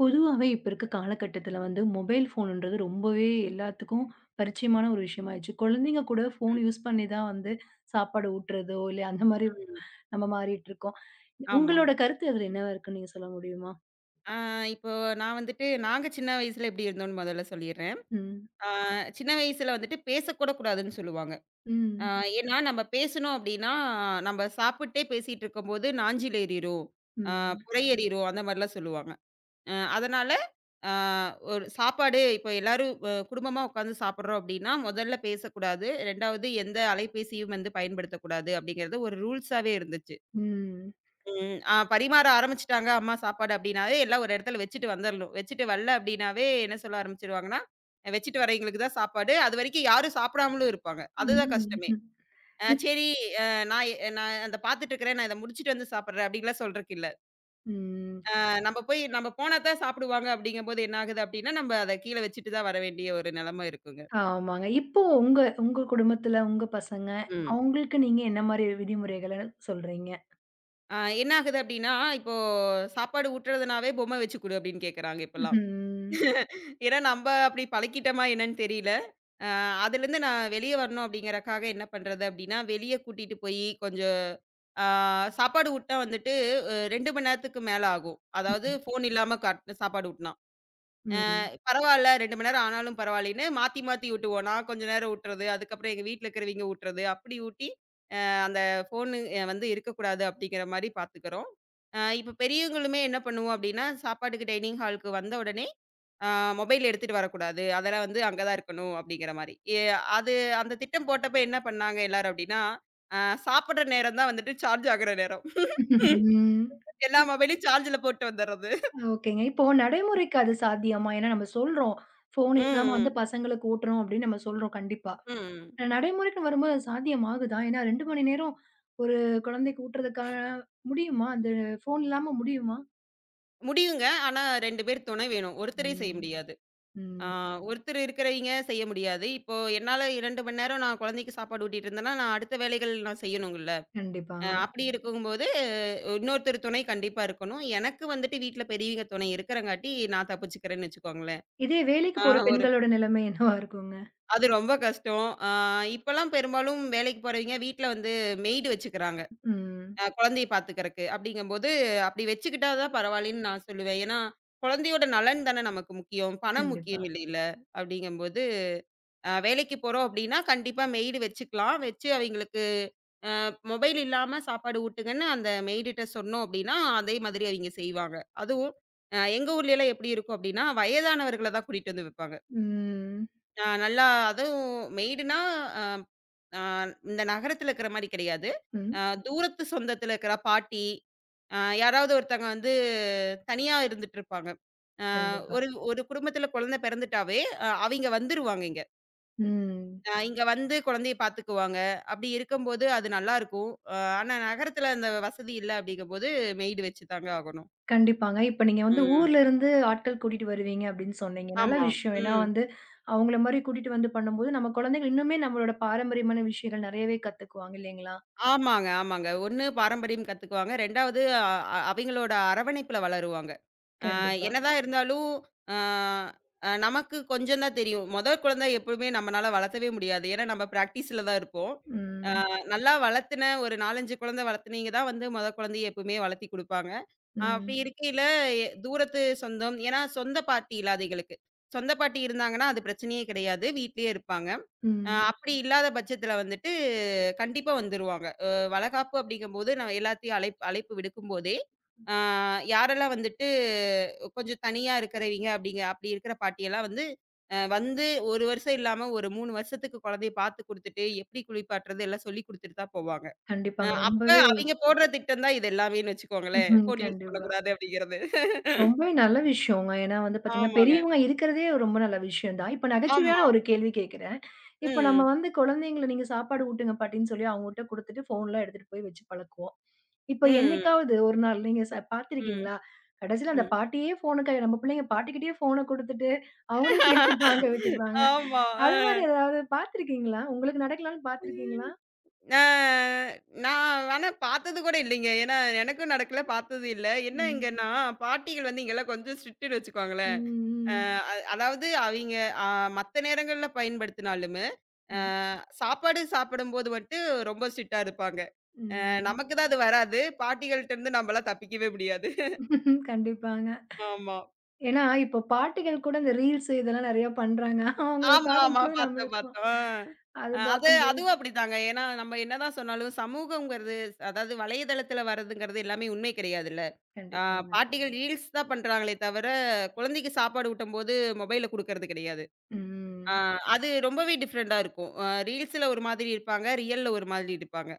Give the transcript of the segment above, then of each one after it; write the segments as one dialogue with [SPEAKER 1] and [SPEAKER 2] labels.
[SPEAKER 1] பொதுவாவே இப்ப இருக்க காலகட்டத்துல வந்து மொபைல் ஃபோனுன்றது ரொம்பவே எல்லாத்துக்கும் பரிச்சயமான ஒரு விஷயமாயிடுச்சு. குழந்தைங்க கூட ஃபோன் யூஸ் பண்ணி தான் வந்து சாப்பாடு ஊட்டுறதோ, இல்ல அந்த மாரி
[SPEAKER 2] ம்.
[SPEAKER 1] நம்ம மாறிட்டு இருக்கோம்.
[SPEAKER 2] ஆமாங்க.
[SPEAKER 1] உங்களோட கருத்து அதுல என்னவா இருக்குன்னு நீங்க சொல்ல முடியுமா?
[SPEAKER 2] ஆ இப்போ நான் வந்துட்டு நாங்க சின்ன வயசுல எப்படி இருந்தோம்னு முதல்ல சொல்லிர்றேன்.
[SPEAKER 1] ம்.
[SPEAKER 2] ஆ சின்ன வயசுல வந்துட்டு பேசக்கூட கூடாதுன்னு சொல்லுவாங்க. ஆ
[SPEAKER 1] ம்.
[SPEAKER 2] ஏன்னா நம்ம பேசணும் அப்படின்னா, நம்ம சாப்பிட்டே பேசிட்டு இருக்கும்போது நாஞ்சில் ஏறிரும், ஆ
[SPEAKER 1] ம்.
[SPEAKER 2] புரை ஏறிரும் அந்த மாதிரிலாம் சொல்லுவாங்க. அதனால ஆ ஒரு சாப்பாடு இப்போ எல்லாரும் குடும்பமா உட்காந்து சாப்பிடுறோம் அப்படின்னா, முதல்ல பேசக்கூடாது. 2வது எந்த அலைபேசியும் வந்து பயன்படுத்தக்கூடாது அப்படிங்கிறது ஒரு ரூல்ஸாவே இருந்துச்சு.
[SPEAKER 1] ம்.
[SPEAKER 2] ம். பரிமாற ஆரம்பிச்சுட்டாங்க அம்மா சாப்பாடு அப்படின்னாவே, எல்லாம் ஒரு இடத்துல வச்சுட்டு வந்துரணும். வச்சுட்டு வரல அப்படின்னாவே என்ன சொல்ல ஆரம்பிச்சுருவாங்கன்னா, "வச்சுட்டு வரவைங்களுக்கு தான் சாப்பாடு." அதுவரைக்கும் யாரும் சாப்பிடாமலும் இருப்பாங்க. அதுதான் கஷ்டமே.
[SPEAKER 1] ம். இப்
[SPEAKER 2] சரி. அ நான் அந்த பார்த்துட்டு இருக்கிறேன். நான் இத முடிச்சுட்டு வந்து சாப்பிடுறேன் அப்படின்லாம் சொல்றக்கு இல்ல.
[SPEAKER 1] ம்.
[SPEAKER 2] நம்ம போனா தான் சாப்பிடுவாங்க அப்படிங்கும்போது என்ன ஆகுது அப்படின்னா, நம்ம அத கீழ வச்சுட்டு தான் வர வேண்டிய ஒரு நிலைமை இருக்குங்க.
[SPEAKER 1] ஆமாங்க. இப்போ உங்க உங்க குடும்பத்துல உங்க பசங்க,
[SPEAKER 2] ம்.
[SPEAKER 1] அவங்களுக்கு நீங்க என்ன மாரி விதிமுறைகள சொல்றீங்க?
[SPEAKER 2] என்ன ஆகுது அப்படின்னா, இப்போ சாப்பாடு ஊட்டுறதுனாவே பொம்மை வச்சு குடு அப்படின்னு கேட்கறாங்க இப்பல்லாம்.
[SPEAKER 1] ம்.
[SPEAKER 2] ஏன்னா நம்ப அப்படி பழக்கிட்டோமா என்னன்னு தெரியல. அ அதுலேருந்து நான் வெளிய வரணும் அப்படிங்கிறக்காக என்ன பண்றது அப்படின்னா, வெளிய கூட்டிட்டு போயி கொஞ்சம் ஆ சாப்பாடு ஊட்னா வந்துட்டு 2 மணி நேரத்துக்கு மேல ஆகும். அதாவது
[SPEAKER 1] ம்.
[SPEAKER 2] ஃபோன் இல்லாம காட் சாப்பாடு ஊட்னா. பரவால்ல, 2 மணி நேரம் ஆனாலும் பரவாயில்லன்னு மாத்தி மாத்தி ஊட்டுவோம். நான் கொஞ்ச நேரம் ஊட்டுறது, அதுக்கப்புறம் எங்க வீட்ல இருக்கிறவைங்க ஊட்டுறது, அப்படி ஊட்டி அந்த ஃபோனு வந்து இருக்கக்கூடாது அப்படிங்கிற மாரி பார்த்துக்கிறோம். இப்ப பெரியவங்களுமே என்ன பண்ணுவோம் அப்படின்னா, சாப்பாட்டுக்கு டைனிங் ஹாலுக்கு வந்த உடனே, அ மொபைல் எடுத்துட்டு வரக்கூடாது. அதெல்லாம் வந்து அங்க தான் இருக்கணும் அப்படிங்கிற மாரி. அது அந்த திட்டம் போட்டப்ப என்ன பண்ணாங்க எல்லாரும் அப்படின்னா, அ சாப்பிடுற நேரம் தான் வந்துட்டு சார்ஜ் ஆகுற நேரம்.
[SPEAKER 1] ம்.
[SPEAKER 2] எல்லா மொபைலையும் சார்ஜ்ல போட்டு வந்துர்றது.
[SPEAKER 1] ஓகேங்க. இப்போ நடைமுறைக்கு அது சாத்தியமா? ஏன்னா நம்ம சொல்றோம். ஃபோன் இல்லாம வந்து
[SPEAKER 2] ம்,
[SPEAKER 1] பசங்களுக்கு ஊட்டுறோம் அப்படின்னு நம்ம சொல்றோம் கண்டிப்பா.
[SPEAKER 2] ம், ம்.
[SPEAKER 1] ஆனா நடைமுறைக்குன்னு வரும்போது அது சாத்தியமாகுதா? ஏன்னா 2 மணி நேரம் ஒரு குழந்தைக்கு ஊட்டுறதுக்கான முடியுமா? அந்த ஃபோன் இல்லாம முடியுமா?
[SPEAKER 2] முடியுங்க. ஆனா 2 பேர் துணை வேணும். ஒருத்தரே செய்ய
[SPEAKER 1] ம்.
[SPEAKER 2] முடியாது. ஆ,
[SPEAKER 1] ம்.
[SPEAKER 2] ஒருத்தர் இருக்கிறவைங்க செய்ய முடியாது. இப்போ என்னால 2 மணி நேரம் நான் குழந்தைக்கு சாப்பாடு ஊட்டிட்டு இருந்தேன்னா, நான் அடுத்த வேலைகள் நான் செய்யணுங்கல்ல.
[SPEAKER 1] கண்டிப்பாங்க.
[SPEAKER 2] அப்படி இருக்கும்போது இன்னொருத்தர் துணை கண்டிப்பா இருக்கணும். எனக்கு வந்துட்டு வீட்ல பெரியவங்க துணை இருக்கிறங்காட்டி நான் தப்பிச்சுக்கிறேன்னு வச்சுக்கோங்களேன்.
[SPEAKER 1] இதே வேலைக்கு
[SPEAKER 2] ஆ
[SPEAKER 1] போற
[SPEAKER 2] ஒரு
[SPEAKER 1] பெண்களோட நிலைமை என்னவா இருக்குங்க?
[SPEAKER 2] அது ரொம்ப கஷ்டம். இப்பலாம் பெரும்பாலும் வேலைக்கு போறவைங்க வீட்ல வந்து மெய்டு வச்சுக்கிறாங்க.
[SPEAKER 1] ம்.
[SPEAKER 2] குழந்தைய பார்த்துக்கறக்கு. அப்படிங்கும்போது அப்படி வச்சுக்கிட்டா தான் பரவாயில்லன்னு நான் சொல்லுவேன். ஏன்னா, குழந்தையோட நலன் தானே நமக்கு முக்கியம். பணம்
[SPEAKER 1] கண்டிப்பா.
[SPEAKER 2] முக்கியம் இல்லைல்ல. அப்படிங்கும்போது வேலைக்கு போறோம் அப்படின்னா, கண்டிப்பா மெய்டு வச்சுக்கலாம். வச்சு அவைங்களுக்கு மொபைல் இல்லாம சாப்பாடு ஊட்டுங்கன்னு அந்த மெய்டுட்ட சொன்னோம் அப்படின்னா, அதே மாதிரி அவைங்க செய்வாங்க. அதுவும் எங்க ஊர்லலாம் எப்படி இருக்கும் அப்படின்னா, வயதானவர்கள தான் கூட்டிட்டு வந்து வைப்பாங்க.
[SPEAKER 1] ம்.
[SPEAKER 2] நல்லா. அதுவும் மெய்டுனா அ அ இந்த நகரத்துல இருக்கிற மாரி கிடையாது.
[SPEAKER 1] ம்.
[SPEAKER 2] அ தூரத்து சொந்தத்துல இருக்கிற பாட்டி, அ யாராவது ஒருத்தங்க வந்து தனியா இருந்துட்டு இருப்பாங்க.
[SPEAKER 1] கண்டிப்பா.
[SPEAKER 2] ஒரு ஒரு குடும்பத்துல குழந்தை பிறந்துட்டாவே, அவைங்க வந்துருவாங்க இங்க.
[SPEAKER 1] ம்.
[SPEAKER 2] இங்க வந்து குழந்தைய பார்த்துக்குவாங்க. அப்படி இருக்கும்போது அது நல்லாருக்கும். ஆனா நகரத்துல அந்த வசதி இல்ல அப்படிங்கும்போது மெய்டு வச்சு தாங்க ஆகணும்.
[SPEAKER 1] கண்டிப்பாங்க. இப்ப நீங்க வந்து
[SPEAKER 2] ம்.
[SPEAKER 1] ஊர்ல இருந்து ஆட்கள் கூட்டிட்டு வருவீங்க அப்படின்னு சொன்னீங்க. நல்ல
[SPEAKER 2] ஆமா.
[SPEAKER 1] விஷயம். ஏன்னா
[SPEAKER 2] ம்.
[SPEAKER 1] வந்து, அவங்கள மாரி கூட்டிட்டு வந்து பண்ணும்போது, நம்ம குழந்தைகள் இன்னுமே நம்மளோட பாரம்பரியமான விஷயங்கள் நெறையவே கத்துக்குவாங்க இல்லைங்களா?
[SPEAKER 2] ஆமாங்க, ஆமாங்க. 1 பாரம்பரியம் கத்துக்குவாங்க. 2வது அ அ அவைங்களோட அரவணைப்புல வளருவாங்க.
[SPEAKER 1] கண்டிப்பா.
[SPEAKER 2] என்னதான் இருந்தாலும், அ அ நமக்கு கொஞ்சம் தான் தெரியும். முதல் குழந்தை எப்பவுமே நம்மனால வளர்த்தவே முடியாது. ஏன்னா, நம்ம பிராக்டிஸ்ல தான் இருப்போம். அ
[SPEAKER 1] ம்.
[SPEAKER 2] நல்லா வளர்த்துன ஒரு 4, 5 குழந்தை வளர்த்துனீங்க தான் வந்து முதல் குழந்தைய எப்பவுமே வளர்த்தி குடுப்பாங்க. அப்படி
[SPEAKER 1] ம்.
[SPEAKER 2] இருக்கையில தூரத்து சொந்தம் ஏன்னா சொந்த பாட்டி இல்லாத எங்களுக்கு. சொந்த பாட்டி இருந்தாங்கன்னா அது பிரச்சனையே கிடையாது. வீட்லயே இருப்பாங்க.
[SPEAKER 1] ம்.
[SPEAKER 2] அப்படி இல்லாத பட்சத்தில வந்துட்டு, கண்டிப்பா வந்துருவாங்க. வளகாப்பு அப்படிங்கும்போது, நான் எல்லாத்தையும் அழைப்பு விடுக்கும்போதே, அ யாரெல்லாம் வந்துட்டு கொஞ்சம் தனியா இருக்கிறவைங்க அப்படிங்க அப்படி இருக்கிற பாட்டியெல்லாம் வந்து, வந்து 1 வருஷம் இல்லாம ஒரு 3 வருஷத்துக்கு குழந்தைய பார்த்து குடுத்துட்டு, எப்படி குளிப்பாட்டுறது எல்லாம் சொல்லிக் குடுத்துட்டு தான் போவாங்க.
[SPEAKER 1] கண்டிப்பாங்க.
[SPEAKER 2] அப்ப
[SPEAKER 1] ரொம்பவே
[SPEAKER 2] அவைங்க போடுற திட்டம் தான் இது எல்லாமேன்னு வச்சுக்கோங்களேன்.
[SPEAKER 1] ம்ஹ்ம்.
[SPEAKER 2] ஃபோன் யூஸ்
[SPEAKER 1] கண்டிப்பா.
[SPEAKER 2] பண்ணக்கூடாது அப்படிங்கிறது.
[SPEAKER 1] ரொம்பவே நல்ல விஷயங்க. ஏன்னா வந்து பாத்தீங்கன்னா,
[SPEAKER 2] ஆமாங்க.
[SPEAKER 1] பெரியவங்க இருக்கிறதே ரொம்ப நல்ல விஷயம் தான். இப்ப நகைச்சுவையான
[SPEAKER 2] ஆமா.
[SPEAKER 1] ஒரு கேள்வி கேட்கிறேன். இப்ப நம்ம
[SPEAKER 2] ம்.
[SPEAKER 1] வந்து குழந்தைங்கள நீங்க சாப்பாடு ஊட்டுங்க பாட்டின்னு சொல்லி அவங்ககிட்ட குடுத்துட்டு ஃபோன்லாம் எடுத்துட்டு போய் வச்சு பழக்குவோம். இப்ப
[SPEAKER 2] ம்.
[SPEAKER 1] என்னைக்காவது ஒரு நாள் நீங்க ச
[SPEAKER 2] ம்.
[SPEAKER 1] பார்த்திருக்கீங்களா? கடைசியில அந்த
[SPEAKER 2] ம்.
[SPEAKER 1] பாட்டியே ஃபோன கை நம்ம பிள்ளைங்க பாட்டிக்கிட்டயே ஃபோன குடுத்துட்டு, அவங்களும் சேர்த்து
[SPEAKER 2] ம்.
[SPEAKER 1] வாங்க வச்சுருவாங்க.
[SPEAKER 2] ஆமா. அ.
[SPEAKER 1] அது மாரி ஏதாவது பார்த்திருக்கீங்களா? உங்களுக்கு நடக்கலான்னு பார்த்திருக்கீங்களா?
[SPEAKER 2] ஆ நான் ஆனா பார்த்தது கூட இல்லைங்க. ஏன்னா, எனக்கும் நடக்கல, பார்த்ததும் இல்ல. என்ன
[SPEAKER 1] ம்.
[SPEAKER 2] இங்கன்னா, பாட்டிகள் வந்து இங்கலாம் கொஞ்சம் ஸ்ட்ரிக்ட்டுன்னு வச்சுக்கோங்களேன். அ
[SPEAKER 1] ம்.
[SPEAKER 2] ம். அ அதாவது அவிங்க அ மத்த நேரங்கள்ல பயன்படுத்தினாலுமே, அ
[SPEAKER 1] ம்.
[SPEAKER 2] சாப்பாடு சாப்பிடும்போது மட்டும் ரொம்ப ஸ்ட்ரிக்ட்டா இருப்பாங்க.
[SPEAKER 1] ம்.
[SPEAKER 2] நமக்கு தான் அது வராது. பாட்டிகள்ட்டருந்து நம்பலாம் தப்பிக்கவே முடியாது.
[SPEAKER 1] கண்டிப்பாங்க.
[SPEAKER 2] ஆமா.
[SPEAKER 1] ஏன்னா இப்ப பாட்டிகள் கூட இந்த ரீல்ஸ் இதெல்லாம் நெறைய பண்றாங்க. அவங்கள
[SPEAKER 2] ஆமா, ஆமா.
[SPEAKER 1] பார்க்கும்போது
[SPEAKER 2] பார்த்தோம்,
[SPEAKER 1] நம்மளுக்கும்
[SPEAKER 2] பார்த்தோம். ஆ.
[SPEAKER 1] அது
[SPEAKER 2] அ அது
[SPEAKER 1] பார்க்கும்போது
[SPEAKER 2] அதுவும் அப்படித்தாங்க. ஏன்னா, நம்ம என்னதான் சொன்னாலும் சமூகங்கிறது, அதாவது வலைதளத்தில வரதுங்கிறது எல்லாமே உண்மை கிடையாதுல்ல. ஆ
[SPEAKER 1] கண்டிப்பாங்க.
[SPEAKER 2] பாட்டிகள் ரீல்ஸ் தான் பண்றாங்களே தவிர, குழந்தைக்கு சாப்பாடு ஊட்டும்போது மொபைல குடுக்கறது கிடையாது. ஆ
[SPEAKER 1] ம்.
[SPEAKER 2] அது ரொம்பவே டிஃப்ரெண்ட்டா இருக்கும். ரீல்ஸ்ல ஒரு மாதிரி இருப்பாங்க, ரியல்ல ஒரு மாதிரி இருப்பாங்க.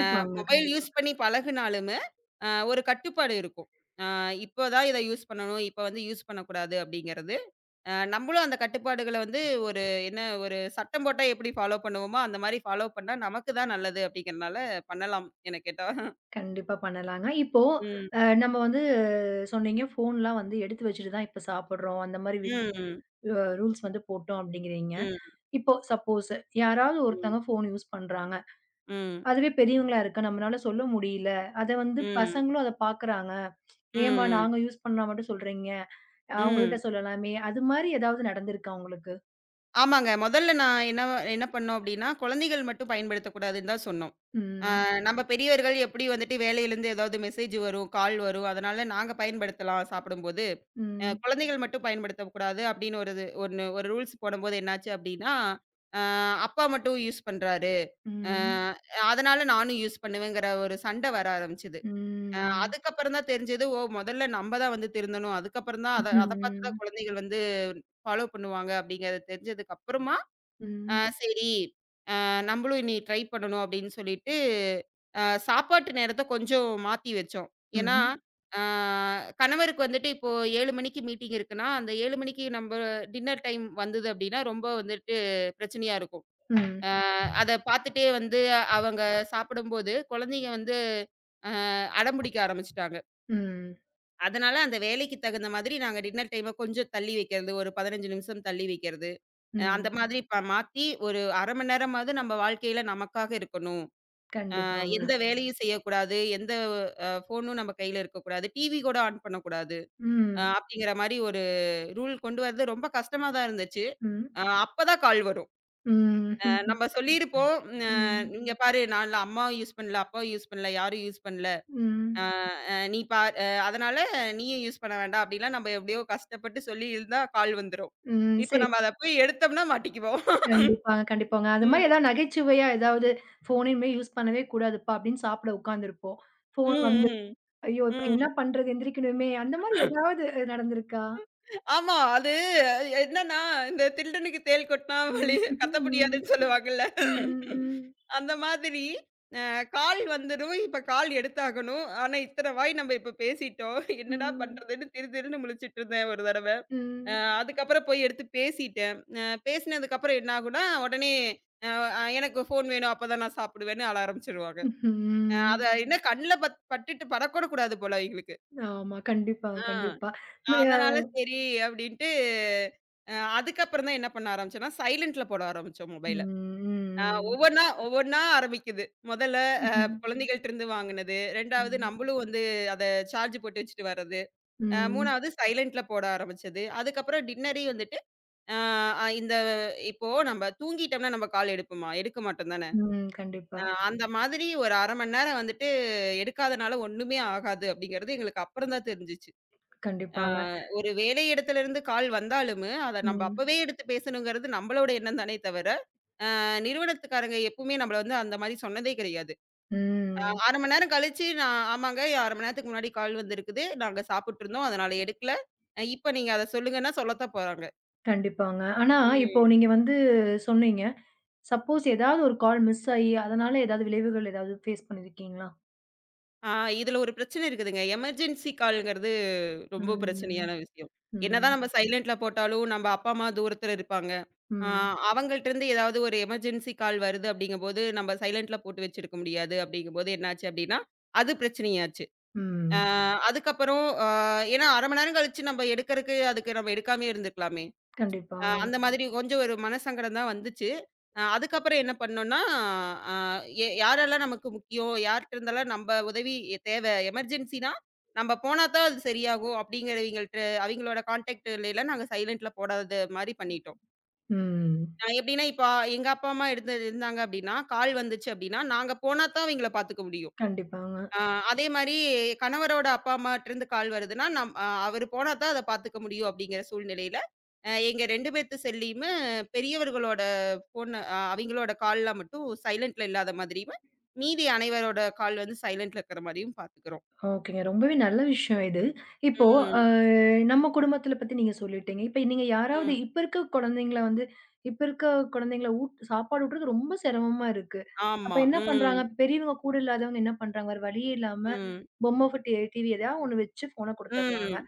[SPEAKER 2] மொபைல்
[SPEAKER 1] கண்டிப்பா.
[SPEAKER 2] யூஸ் பண்ணி பழகுனாலுமே, ஒரு கட்டுப்பாடு இருக்கும். ஆ இப்பதான் இத யூஸ் பண்ணணும், இப்ப வந்து யூஸ் பண்ணக்கூடாது அப்படிங்கிறது. நம்மளும் அந்த கட்டுப்பாடுகள வந்து ஒரு என்ன ஒரு சட்டம் போட்டா எப்படி ஃபாலோ பண்ணுவோமோ, அந்த மாரி ஃபாலோ பண்ணா நமக்கு தான் நல்லது அப்படிங்கிறனால பண்ணலாம், என்ன கேட்டா.
[SPEAKER 1] கண்டிப்பா பண்ணலாங்க. இப்போ
[SPEAKER 2] ம்.
[SPEAKER 1] நம்ம வந்து சொன்னீங்க, ஃபோன்லாம் வந்து எடுத்து வச்சுட்டு தான் இப்ப சாப்பிடுறோம். அந்த மாரி வி
[SPEAKER 2] ம். ம்.
[SPEAKER 1] அ ரூல்ஸ் வந்து போட்டோம் அப்டிங்கிறீங்க.
[SPEAKER 2] ம்.
[SPEAKER 1] இப்போ சப்போஸ் யாராவது
[SPEAKER 2] ம்.
[SPEAKER 1] ஒருத்தவங்க ஃபோன் யூஸ் பண்றாங்க.
[SPEAKER 2] ம்.
[SPEAKER 1] அதுவே பெரியவங்களா இருக்க நம்மளால சொல்ல முடியல. அத வந்து
[SPEAKER 2] ம்.
[SPEAKER 1] பசங்களும் அத பார்க்குறாங்க. ஏம்மா
[SPEAKER 2] ம்.
[SPEAKER 1] நாங்க யூஸ் பண்ணா மட்டும் சொல்றீங்க.
[SPEAKER 2] ம்.
[SPEAKER 1] அவங்ககிட்ட சொல்லலாமே! அது மாரி ஏதாவது நடந்திருக்கா உங்களுக்கு?
[SPEAKER 2] ஆமாங்க. முதல்ல நான் என்ன என்ன பண்ணோம் அப்டின்னா, குழந்தைகள் மட்டும் பயன்படுத்தக்கூடாதுன்னு தான் சொன்னோம்.
[SPEAKER 1] ம்.
[SPEAKER 2] நம்ம பெரியவர்கள் எப்படி வந்துட்டு வேலையிலேருந்து ஏதாவது மெசேஜ் வரும், கால் வரும். அதனால நாங்க பயன்படுத்தலாம் சாப்பிடும்போது.
[SPEAKER 1] ம்.
[SPEAKER 2] குழந்தைகள் மட்டும் பயன்படுத்தக்கூடாது அப்படின்னு ஒரு இது ஒண்ணு ஒரு ரூல்ஸ் போடும்போது என்னாச்சு அப்படின்னா, அ அப்பா மட்டும் யூஸ் பண்றாரு. அ
[SPEAKER 1] ம்.
[SPEAKER 2] அதனால நானும் யூஸ் பண்ணுவேங்கிற ஒரு சண்டை வர ஆரம்பிச்சது. அ
[SPEAKER 1] ம்.
[SPEAKER 2] அதுக்கப்புறம் தான் தெரிஞ்சது, ஓ! முதல்ல நம்ம தான் வந்து திருந்தணும். அதுக்கப்புறம் தான்
[SPEAKER 1] ம்.
[SPEAKER 2] அத அத பார்த்து
[SPEAKER 1] ம்.
[SPEAKER 2] தான் குழந்தைகள் வந்து ஃபாலோ பண்ணுவாங்க அப்படிங்கிறது தெரிஞ்சதுக்கு அப்புறமா
[SPEAKER 1] ம்.
[SPEAKER 2] சரி, நம்பளும் இனி ட்ரை பண்ணணும் அப்படின்னு சொல்லிட்டு, அ சாப்பாட்டு நேரத்த கொஞ்சம் மாத்தி வச்சோம். ஏன்னா,
[SPEAKER 1] ம்.
[SPEAKER 2] ஆ கணவருக்கு வந்துட்டு இப்போ 7 மணிக்கு மீட்டிங் இருக்குன்னா, அந்த 7 மணிக்கு நம்ப டின்னர் டைம் வந்தது அப்படின்னா, ரொம்ப வந்துட்டு பிரச்சனையா இருக்கும்.
[SPEAKER 1] ம்.
[SPEAKER 2] அ அத பார்த்துட்டே வந்து அவங்க சாப்பிடும்போது, குழந்தைங்க வந்து அ அடம்பிடிக்க ஆரம்பிச்சுட்டாங்க.
[SPEAKER 1] ம்.
[SPEAKER 2] அதனால அந்த வேலைக்கு தகுந்த மாதிரி நாங்க டின்னர் டைம கொஞ்சம் தள்ளி வைக்கிறது, ஒரு 15 நிமிஷம் தள்ளி வைக்கிறது.
[SPEAKER 1] ம்.
[SPEAKER 2] அந்த மாதிரி இப்ப மாத்தி ஒரு 1/2 மணி நேரமாவது நம்ம வாழ்க்கையில நமக்காக இருக்கணும்.
[SPEAKER 1] கண்டிப்பாங்க.
[SPEAKER 2] எந்த வேலையும் செய்யக்கூடாது. எந்த ஃபோனும் நம்ம கையில இருக்கக்கூடாது. டிவி கூட ஆன் பண்ணக்கூடாது.
[SPEAKER 1] ம்.
[SPEAKER 2] அப்படிங்கிற மாரி ஒரு ரூல் கொண்டு வரது ரொம்ப கஷ்டமா தான் இருந்துச்சு.
[SPEAKER 1] ம்.
[SPEAKER 2] அப்பதான் கால் வரும். நம்ம
[SPEAKER 1] ம்.
[SPEAKER 2] சொல்லியிருப்போம். அ
[SPEAKER 1] ம்.
[SPEAKER 2] "இங்க பாரு, நான்லாம் அம்மாவும் யூஸ் பண்ணல, அப்பாவும் யூஸ் பண்ணல, யாரும் யூஸ் பண்ணல. அ
[SPEAKER 1] ம்.
[SPEAKER 2] அ நீ பா அ அதனால நீயும் யூஸ் பண்ண வேண்டாம்." அப்படிலாம் நம்ம எப்படியோ கஷ்டப்பட்டு சொல்லியிருந்தா கால் வந்துரும்.
[SPEAKER 1] ம்.
[SPEAKER 2] இப்ப
[SPEAKER 1] சரி.
[SPEAKER 2] நம்ம அத போய் எடுத்தோம்னா மாட்டிக்குவோம்.
[SPEAKER 1] கண்டிப்பாங்க, கண்டிப்பாங்க. அது
[SPEAKER 2] ம்.
[SPEAKER 1] மாரி ஏதாவது நகைச்சுவையா ஏதாவது ஃபோன் இனிமே யூஸ் பண்ணவே கூடாதுப்பா! அப்படின்னு சாப்பிட உட்காந்துருப்போம். ஃபோன்
[SPEAKER 2] ம்,
[SPEAKER 1] வந்து
[SPEAKER 2] ம்,
[SPEAKER 1] ஐயோ! இப்ப என்ன
[SPEAKER 2] ம்.
[SPEAKER 1] பண்றது? எந்திரிக்கணுமே! அந்த மாரி ஏதாவது நடந்திருக்கா?
[SPEAKER 2] ஆமா. அது என்னன்னா, இந்த "திருடனுக்கு தேள் கொட்டினா
[SPEAKER 1] ம்.
[SPEAKER 2] வலி கத்த
[SPEAKER 1] ம்.
[SPEAKER 2] முடியாதுன்னு" சொல்லுவாங்கல்ல.
[SPEAKER 1] ம்.
[SPEAKER 2] அந்த மாதிரி அ கால் வந்துரும். இப்ப கால் எடுத்தாகணும். ஆனா, இத்தன வாய் நம்ம இப்ப பேசிட்டோம். என்னடா
[SPEAKER 1] ம்.
[SPEAKER 2] பண்றதுன்னு திரு திருன்னு முழிச்சுட்டுருந்தேன் ஒரு தடவ. அ
[SPEAKER 1] ம்.
[SPEAKER 2] ம். அதுக்கப்புறம் போய் எடுத்து பேசிட்டேன். பேசினதுக்கப்புறம் என்ன ஆகும்னா, உடனே அ அ "எனக்கு ஃபோன் வேணும். அப்பதான் நான் சாப்பிடுவேன்னு" அழ ஆரம்பிச்சுருவாங்க. அ அத
[SPEAKER 1] ம்.
[SPEAKER 2] ம். என்ன கண்ல பட்டுட்டு படக்கூட கூடாது போல அவைங்களுக்கு.
[SPEAKER 1] ஆமா. கண்டிப்பா,
[SPEAKER 2] ஆ.
[SPEAKER 1] கண்டிப்பா.
[SPEAKER 2] அதனால
[SPEAKER 1] ம்.
[SPEAKER 2] சரி அப்டின்ட்டு, அ அதுக்கப்புறம் தான் என்ன பண்ண ஆரம்பிச்சோம்னா, சைலன்ட்ல போட ஆரம்பிச்சோம் மொபைல. அ
[SPEAKER 1] ம்.
[SPEAKER 2] ஒவ்வொன்னா ஒவ்வொன்னா ஆரம்பிக்குது. முதல்ல அ
[SPEAKER 1] ம்.
[SPEAKER 2] குழந்தைகள்ட்டருந்து வாங்குனது. 2வது
[SPEAKER 1] ம்.
[SPEAKER 2] நம்மளும் வந்து அத சார்ஜ் போட்டு வச்சுட்டு வர்றது. அ ம்.
[SPEAKER 1] ம்.
[SPEAKER 2] 3வது சைலன்ட்ல போட ஆரம்பிச்சது. அதுக்கப்புறம் டின்னரே வந்துட்டு, அ அ இந்த இப்போ நம்ம தூங்கிட்டோம்னா நம்ம கால் எடுப்போமா? எடுக்க மாட்டோம் தானே!
[SPEAKER 1] ம். கண்டிப்பா,
[SPEAKER 2] அ அந்த மாதிரி ஒரு 1/2 மணி நேரம் வந்துட்டு எடுக்காதனால ஒண்ணுமே ஆகாது அப்டிங்கிறது எங்களுக்கு அப்புறம் தான் தெரிஞ்சுச்சு. ஆ
[SPEAKER 1] கண்டிப்பாங்க.
[SPEAKER 2] ஒரு வேலை இடத்திலிருந்து கால் வந்தாலுமே, அத நம்ம
[SPEAKER 1] ம்,
[SPEAKER 2] அப்பவே எடுத்து பேசணுங்கிறது நம்மளோட எண்ணம் தானே தவிர, நிறுவனத்துக்காரங்க எப்பவுமே நம்மள வந்து அந்த மாரி சொன்னதே கிடையாது. அ
[SPEAKER 1] ம்.
[SPEAKER 2] 1/2 மணி நேரம் கழிச்சு நான் ஆமாங்க 1/2 மணி நேரத்துக்கு முன்னாடி கால் வந்திருக்குது. நாங்க சாப்பிட்டுருந்தோம். அதனால எடுக்கல. இப்ப நீங்க அத சொல்லுங்கன்னா சொல்லத்தான் போறாங்க.
[SPEAKER 1] கண்டிப்பாங்க. ஆனா, இப்போ
[SPEAKER 2] ம்.
[SPEAKER 1] நீங்க வந்து சொன்னீங்க. சப்போஸ் ஏதாவது ஒரு கால் மிஸ் ஆயி, அதனால ஏதாவது விளைவுகள் ஏதாவது ஃபேஸ் பண்ணியிருக்கீங்களா?
[SPEAKER 2] ஆ இதுல ஒரு பிரச்சனை இருக்குதுங்க. எமர்ஜென்சி கால்ங்கிறது ரொம்ப பிரச்சனையான
[SPEAKER 1] ம்,
[SPEAKER 2] விஷயம். என்னதான்
[SPEAKER 1] ம்,
[SPEAKER 2] நம்ம சைலன்ட்ல போட்டாலும், நம்ம அப்பா, அம்மா தூரத்துல இருப்பாங்க. ஆ
[SPEAKER 1] ம்,
[SPEAKER 2] அவங்கள்ட்டருந்து ஏதாவது ஒரு எமர்ஜென்சி கால் வருது அப்படிங்கும்போது, நம்ம சைலன்ட்ல போட்டு வச்சிருக்க முடியாது. அப்படிங்கும்போது என்னாச்சு அப்படின்னா, அது பிரச்சனையாச்சு. ஆ
[SPEAKER 1] ம்.
[SPEAKER 2] அதுக்கப்புறம் ஏன்னா 1/2 மணி நேரம் கழிச்சு நம்ம எடுக்கறக்கு, அதுக்கு நம்ம எடுக்காமயே இருந்திருக்கலாமே!
[SPEAKER 1] கண்டிப்பாங்க.
[SPEAKER 2] அந்த மாதிரி கொஞ்சம் ஒரு மனசங்கடம் தான் வந்துச்சு. அதுக்கப்புறம் என்ன பண்ணோம்னா, அ எ யாரெல்லாம் நமக்கு முக்கியம், யார்ட்ட இருந்தெல்லாம் நம்ப உதவி தேவை, எமர்ஜென்சினா நம்ம போனா தான் அது சரியாகும் அப்படிங்கிறவங்கள்ட்ட அவிங்களோட கான்டாக்ட்லலாம் நாங்க சைலன்ட்ல போடாத மாரி பண்ணிட்டோம்.
[SPEAKER 1] ம்.
[SPEAKER 2] எப்படின்னா, இப்ப எங்க அப்பா, அம்மா இருந்து இருந்தாங்க அப்படின்னா, கால் வந்துச்சு அப்படின்னா, நாங்க போனா தான் அவிங்கள பாத்துக்க முடியும்.
[SPEAKER 1] கண்டிப்பாங்க.
[SPEAKER 2] ஆ அதே மாரி கணவரோட அப்பா, அம்மாட்டருந்து கால் வருதுன்னா, நம் அ அவரு போனா தான் அத பாத்துக்க முடியும் அப்படிங்கிற சூழ்நிலையில, எங்க 2 பேத்து செல்லையுமே பெரியவர்களோட ஃபோன் அவிங்களோட கால்லாம் மட்டும் சைலன்ட்ல இல்லாத மாதிரியும், மீதி அனைவரோட கால் வந்து சைலன்ட்ல இருக்கிற மாரியும் பாத்துக்கிறோம்.
[SPEAKER 1] ஓகேங்க. ரொம்பவே நல்ல விஷயம் இது. இப்போ
[SPEAKER 2] ம்,
[SPEAKER 1] அ நம்ம குடும்பத்தில பத்தி நீங்க சொல்லிட்டீங்க. இப்ப நீங்க யாராவது
[SPEAKER 2] ம்.
[SPEAKER 1] இப்ப இருக்க குழந்தைங்கள வந்து இப்ப இருக்க குழந்தைங்கள ஊட் சாப்பாடு ஊட்டுறது ரொம்ப சிரமமா இருக்கு. அப்ப
[SPEAKER 2] ஆமா.
[SPEAKER 1] என்ன பண்றாங்க?
[SPEAKER 2] ம்,
[SPEAKER 1] பெரியவங்க கூட இல்லாதவங்க என்ன பண்றாங்க? வேற வழியே இல்லாம
[SPEAKER 2] ம்,
[SPEAKER 1] பொம்மை ஃபட்டி டிவி எதாவது ஒண்ணு வச்சு ஃபோன குடுத்துடுறாங்க.
[SPEAKER 2] ம்,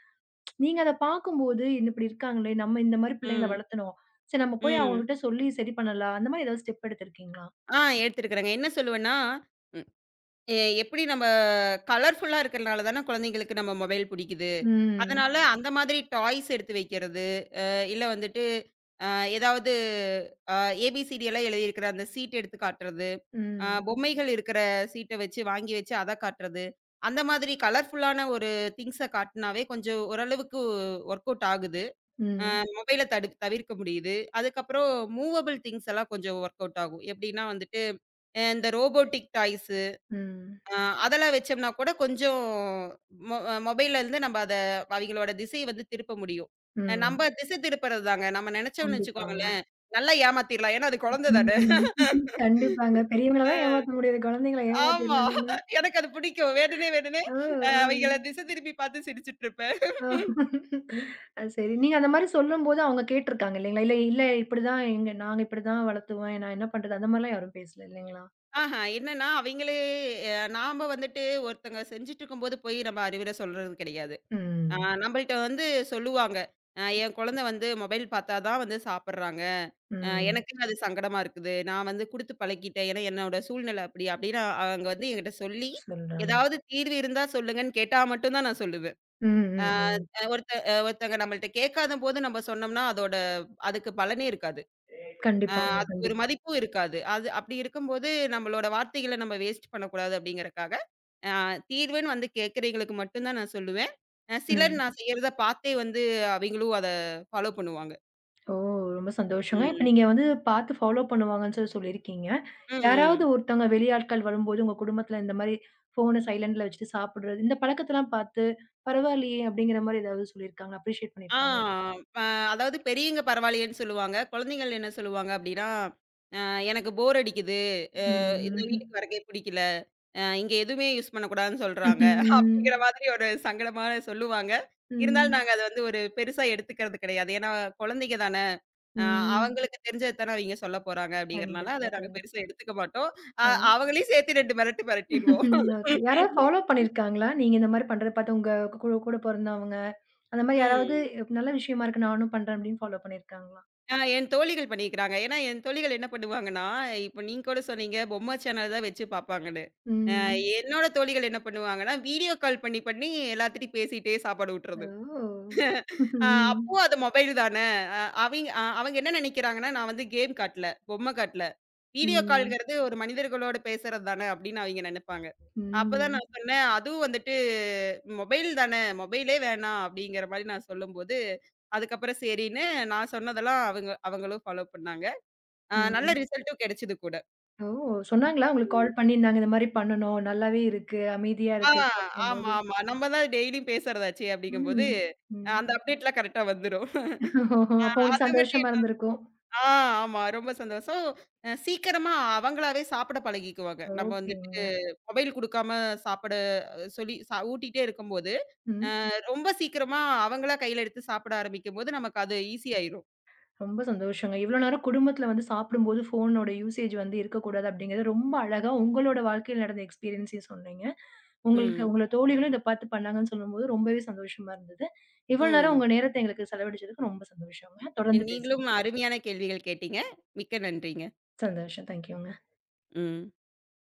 [SPEAKER 1] நீங்க அத பார்க்கும்போது இந்த இப்படி இருக்காங்களே! நம்ம இந்த மாரி பிள்ளைங்கள
[SPEAKER 2] ம்,
[SPEAKER 1] வளர்த்தணும். சரி நம்ம போய்
[SPEAKER 2] ம்.
[SPEAKER 1] அவங்ககிட்ட சொல்லி சரி பண்ணலாம். அந்த மாரி ஏதாவது ஸ்டெப் எடுத்திருக்கீங்களா?
[SPEAKER 2] எடுத்துருக்குறேங்க. என்ன சொல்லுவேன்னா, ம் எ எப்படி நம்ம கலர்ஃபுல்லா இருக்கிறனால தான குழந்தைங்களுக்கு நம்ம மொபைல் புடிக்குது.
[SPEAKER 1] ம்.
[SPEAKER 2] அதனால அந்த மாதிரி டாய்ஸ் எடுத்து வைக்கிறது, இல்ல வந்துட்டு அ ஏதாவது அ ஏபிசிடி எல்லாம் எழுதியிருக்கிற அந்த சீட் எடுத்து காட்டுறது,
[SPEAKER 1] ம்.
[SPEAKER 2] பொம்மைகள் இருக்கிற சீட்ட வச்சு வாங்கி வச்சு அத காட்டுறது, அந்த மாதிரி கலர்ஃபுல்லான ஒரு திங்ஸ காட்டுனாவே கொஞ்சம் ஓரளவுக்கு ஒர்க் அவுட் ஆகுது.
[SPEAKER 1] ம்.
[SPEAKER 2] மொபைல தவிர்க்க முடியுது. அதுக்கப்புறம் மூவபிள் திங்ஸ் எல்லாம் கொஞ்சம் ஒர்க் அவுட் ஆகும். எப்படின்னா வந்துட்டு, இந்த ரோபோட்டிக் டாய்ஸ்
[SPEAKER 1] ம்.
[SPEAKER 2] ஆ அதெல்லாம் வச்சோம்னா கூட கொஞ்சம் மொ மொபைல்ல இருந்து நம்ம அத அவிங்களோட திசைய வந்து திருப்ப முடியும்.
[SPEAKER 1] ம்.
[SPEAKER 2] நம்ம திசை திருப்புறது தாங்க. நம்ம நெனச்சோம்னு
[SPEAKER 1] கண்டிப்பாங்க.
[SPEAKER 2] வச்சுக்கோங்களேன், நல்லா ஏமாத்திரலாம். ஏன்னா அது குழந்தை தானே.
[SPEAKER 1] ம். கண்டிப்பாங்க. பெரியவங்களலாம்
[SPEAKER 2] அ
[SPEAKER 1] ஏமாத்த முடியாது. குழந்தைங்கள
[SPEAKER 2] ஆமா.
[SPEAKER 1] ஏமாத்திரலாம்தானே?
[SPEAKER 2] எனக்கு அது பிடிக்கும். வேணுனே வேணுனே
[SPEAKER 1] ஓ!
[SPEAKER 2] அவைங்கள
[SPEAKER 1] ம்.
[SPEAKER 2] திசை திருப்பி பார்த்து சிரிச்சுட்டுருப்பேன்.
[SPEAKER 1] ஓ! அது சரி. நீங்க அந்த மாரி சொல்லும்போது அவங்க கேட்டுருக்காங்க இல்லைங்களா? இல்ல, இல்ல இப்படிதான் எங்க நாங்க இப்படிதான் வளர்த்துவோம். நான் என்ன பண்றது? அந்த மாரிலாம் யாரும் பேசல இல்லைங்களா?
[SPEAKER 2] ஆஹா, என்னன்னா அவைங்களே நாம வந்துட்டு ஒருத்தங்க செஞ்சுட்டுருக்கும்போது போய் நம்ம அறிவுரை சொல்றது கிடையாது. ஆ
[SPEAKER 1] ம்.
[SPEAKER 2] நம்மள்ட்ட வந்து சொல்லுவாங்க. என் குழந்தை வந்து மொபைல் பார்த்தா தான் வந்து சாப்பிடுறாங்க.
[SPEAKER 1] ம்.
[SPEAKER 2] எனக்குன்னு அது சங்கடமா இருக்குது. நான் வந்து குடுத்து பழக்கிட்டேன். ஏன்னா என்னோட சூழ்நிலை அப்படி அப்படின்னு அவங்க வந்து என்கிட்ட சொல்லி,
[SPEAKER 1] சொல்றாங்க.
[SPEAKER 2] ஏதாவது தீர்வு இருந்தா சொல்லுங்கன்னு கேட்டா மட்டும் தான் நான் சொல்லுவேன்.
[SPEAKER 1] ம்,
[SPEAKER 2] அ
[SPEAKER 1] ம், ம்.
[SPEAKER 2] ஒருத்தங்க நம்மள்ட்ட கேட்காத போது நம்ம சொன்னோம்னா, அதோட அதுக்கு பலனே இருக்காது. அ
[SPEAKER 1] கண்டிப்பாங்க,
[SPEAKER 2] அதுக்கு ஒரு
[SPEAKER 1] கண்டிப்பா.
[SPEAKER 2] மதிப்பும் இருக்காது. அது அப்படி இருக்கும்போது நம்மளோட வார்த்தைகள நம்ம வேஸ்ட் பண்ணக்கூடாது அப்படிங்கிறக்காக அ தீர்வுன்னு வந்து கேட்கிறவைங்களுக்கு மட்டும் தான் நான் சொல்லுவேன். சிலர்
[SPEAKER 1] ம்.
[SPEAKER 2] நான் செய்யறத பார்த்தே வந்து அவைங்களும் அத ஃபாலோ பண்ணுவாங்க.
[SPEAKER 1] ஓ! ரொம்ப சந்தோஷங்க. இப்ப
[SPEAKER 2] ம்.
[SPEAKER 1] நீங்க வந்து பார்த்து ஃபாலோ பண்ணுவாங்கன்னு சொல்லியிருக்கீங்க.
[SPEAKER 2] ம்,
[SPEAKER 1] யாராவது
[SPEAKER 2] ம்.
[SPEAKER 1] ஒருத்தவங்க வெளியாட்கள் வரும்போது, உங்க குடும்பத்துல இந்த மாரி ஃபோன சைலன்ட்ல வச்சுட்டு சாப்பிடுறது, இந்த பழக்கத்தலாம் பார்த்து, பரவாயில்லையே அப்படிங்கிற மாரி ஏதாவது சொல்லியிருக்காங்களா? அப்ரிஷியேட்
[SPEAKER 2] ஆ
[SPEAKER 1] பண்ணியிருக்காங்களா?
[SPEAKER 2] அ அதாவது பெரியவங்க பரவாயில்லையேன்னு சொல்லுவாங்க. குழந்தைகள் என்ன சொல்லுவாங்க அப்டின்னா, அ எனக்கு போர் அடிக்குது. அ இந்த
[SPEAKER 1] ம்.
[SPEAKER 2] வீட்டுக்கு வரக்கே பிடிக்கல. இங்க எதுவுமே யூஸ் பண்ணக்கூடாதுன்னு சொல்றாங்க. அப்டிங்கிற
[SPEAKER 1] ம்.
[SPEAKER 2] மாதிரி ஒரு சங்கடமா சொல்லுவாங்க. இருந்தாலும்
[SPEAKER 1] ம்.
[SPEAKER 2] நாங்க அத வந்து ஒரு பெருசா எடுத்துக்கிறது கிடையாது. ஏன்னா குழந்தைங்க தான. ஆ
[SPEAKER 1] ம்.
[SPEAKER 2] அவங்களுக்கு தெரிஞ்சது தானே அவைங்க சொல்ல போறாங்க அப்படிங்கிறனால,
[SPEAKER 1] கண்டிப்பா,
[SPEAKER 2] அத நாங்க
[SPEAKER 1] கண்டிப்பா.
[SPEAKER 2] பெருசா எடுத்துக்க மாட்டோம். அ
[SPEAKER 1] ஆ.
[SPEAKER 2] அவங்களையும் சேர்த்து 2 மிரட்டிருவோம்.
[SPEAKER 1] ஓகே. யாராவது ஃபாலோ பண்ணியிருக்காங்களா? நீங்க இந்த மாரி பண்றத பார்த்து உங்க கூட கூட பொறந்தவங்க, அந்த மாரி யாராவது
[SPEAKER 2] ம்.
[SPEAKER 1] நல்ல விஷயமா இருக்கு நானும் பண்றேன் அப்படின்னு ஃபாலோ பண்ணியிருக்காங்களா?
[SPEAKER 2] என் தோழிகள் பண்ணியிருக்கிறாங்க. ஏன்னா என் தோழிகள் என்ன பண்ணுவாங்கன்னா, இப்ப நீங்க கூட சொன்னீங்க, பொம்மை சேனல் தான் வச்சு பார்ப்பாங்கன்னு. அ
[SPEAKER 1] ம்.
[SPEAKER 2] என்னோட தோழிகள் என்ன பண்ணுவாங்கன்னா, வீடியோ கால் பண்ணி பண்ணி எல்லாத்துட்டயும் பேசிட்டே சாப்பாடு ஊட்டுறது.
[SPEAKER 1] ஓ!
[SPEAKER 2] அ அப்போ
[SPEAKER 1] ம்.
[SPEAKER 2] அது மொபைல் தான. அ அவிங்க அ அவங்க என்ன நெனைக்கிறாங்கன்னா, நான் வந்து கேம் காட்டல, பொம்மை காட்டல. வீடியோ
[SPEAKER 1] ம்.
[SPEAKER 2] கால்ங்கிறது ஒரு மனிதர்களோட பேசுறது தான அப்படின்னு அவிங்க நெனைப்பாங்க. அப்பதான்
[SPEAKER 1] ம்.
[SPEAKER 2] நான் சொன்னேன், அதுவும் வந்துட்டு மொபைல் தான, மொபைலே வேணாம் அப்படிங்கிற மாரி நான் சொல்லும்போது, அதுக்கப்புறம் சரின்னு நான் சொன்னதெல்லாம் அவங்களும் ஃபாலோ பண்ணாங்க. நல்ல
[SPEAKER 1] ம்.
[SPEAKER 2] ரிசல்ட்டும் கிடைச்சது கூட.
[SPEAKER 1] ஓ! சொன்னாங்களா? உங்களுக்கு கால் பண்ணியிருந்தாங்க. இந்த மாரி பண்ணுனோம். நல்லாவே இருக்கு. அமைதியா
[SPEAKER 2] ஆ
[SPEAKER 1] இருக்கு
[SPEAKER 2] ஆமா,
[SPEAKER 1] சாப்பிடும்போது.
[SPEAKER 2] ஆமா. நம்ம தான் டெய்லியும் பேசுறதாச்சே அப்படிங்கும்போது,
[SPEAKER 1] ம். ம்.
[SPEAKER 2] அந்த அப்டேட்லாம் கரெக்ட்டா வந்துரும்.
[SPEAKER 1] ஓஹோ!
[SPEAKER 2] அ
[SPEAKER 1] அப்போ உங்களுக்கு
[SPEAKER 2] அது மட்டும்
[SPEAKER 1] சந்தோஷமா இருந்திருக்கும்.
[SPEAKER 2] ஆ, ஆமா. ரொம்ப சந்தோஷம். சீக்கிரமா அவங்களாவே சாப்பிட பழகிக்குவாங்க. நம்ம வந்துட்டு
[SPEAKER 1] ஓகேங்க.
[SPEAKER 2] மொபைல் குடுக்காம சாப்பிட சொல்லி ஊட்டிட்டே இருக்கும்போது,
[SPEAKER 1] ம்.
[SPEAKER 2] ரொம்ப சீக்கிரமா அவங்களா கையில எடுத்து சாப்பிட ஆரம்பிக்கும்போது, நமக்கு அது ஈஸி ஆயிரும்.
[SPEAKER 1] ரொம்ப சந்தோஷங்க. இவ்ளோ நேரம் குடும்பத்தில வந்து சாப்பிடும்போது ஃபோனோட யூசேஜ் வந்து இருக்கக்கூடாது அப்படிங்கிறது ரொம்ப அழகா உங்களோட வாழ்க்கையில நடந்த எக்ஸ்பீரியன்ஸையும் சொன்னீங்க. உங்களுக்கு
[SPEAKER 2] ம்,
[SPEAKER 1] உங்கள தோழிகளும் இத பார்த்து பண்ணாங்கன்னு சொல்லும்போது ரொம்பவே சந்தோஷமா இருந்தது. இவ்ளோ நேரம்
[SPEAKER 2] ம்.
[SPEAKER 1] உங்க நேரத்த எங்களுக்கு செலவழிச்சதுக்கு ரொம்ப சந்தோஷங்க. தொடர்ந்து
[SPEAKER 2] நீங்களும்
[SPEAKER 1] பேசுவோம்.
[SPEAKER 2] அருமையான கேள்விகள் கேட்டீங்க. மிக்க நன்றிங்க.
[SPEAKER 1] சந்தோஷம். தேங்க்யூங்க.
[SPEAKER 2] ம்.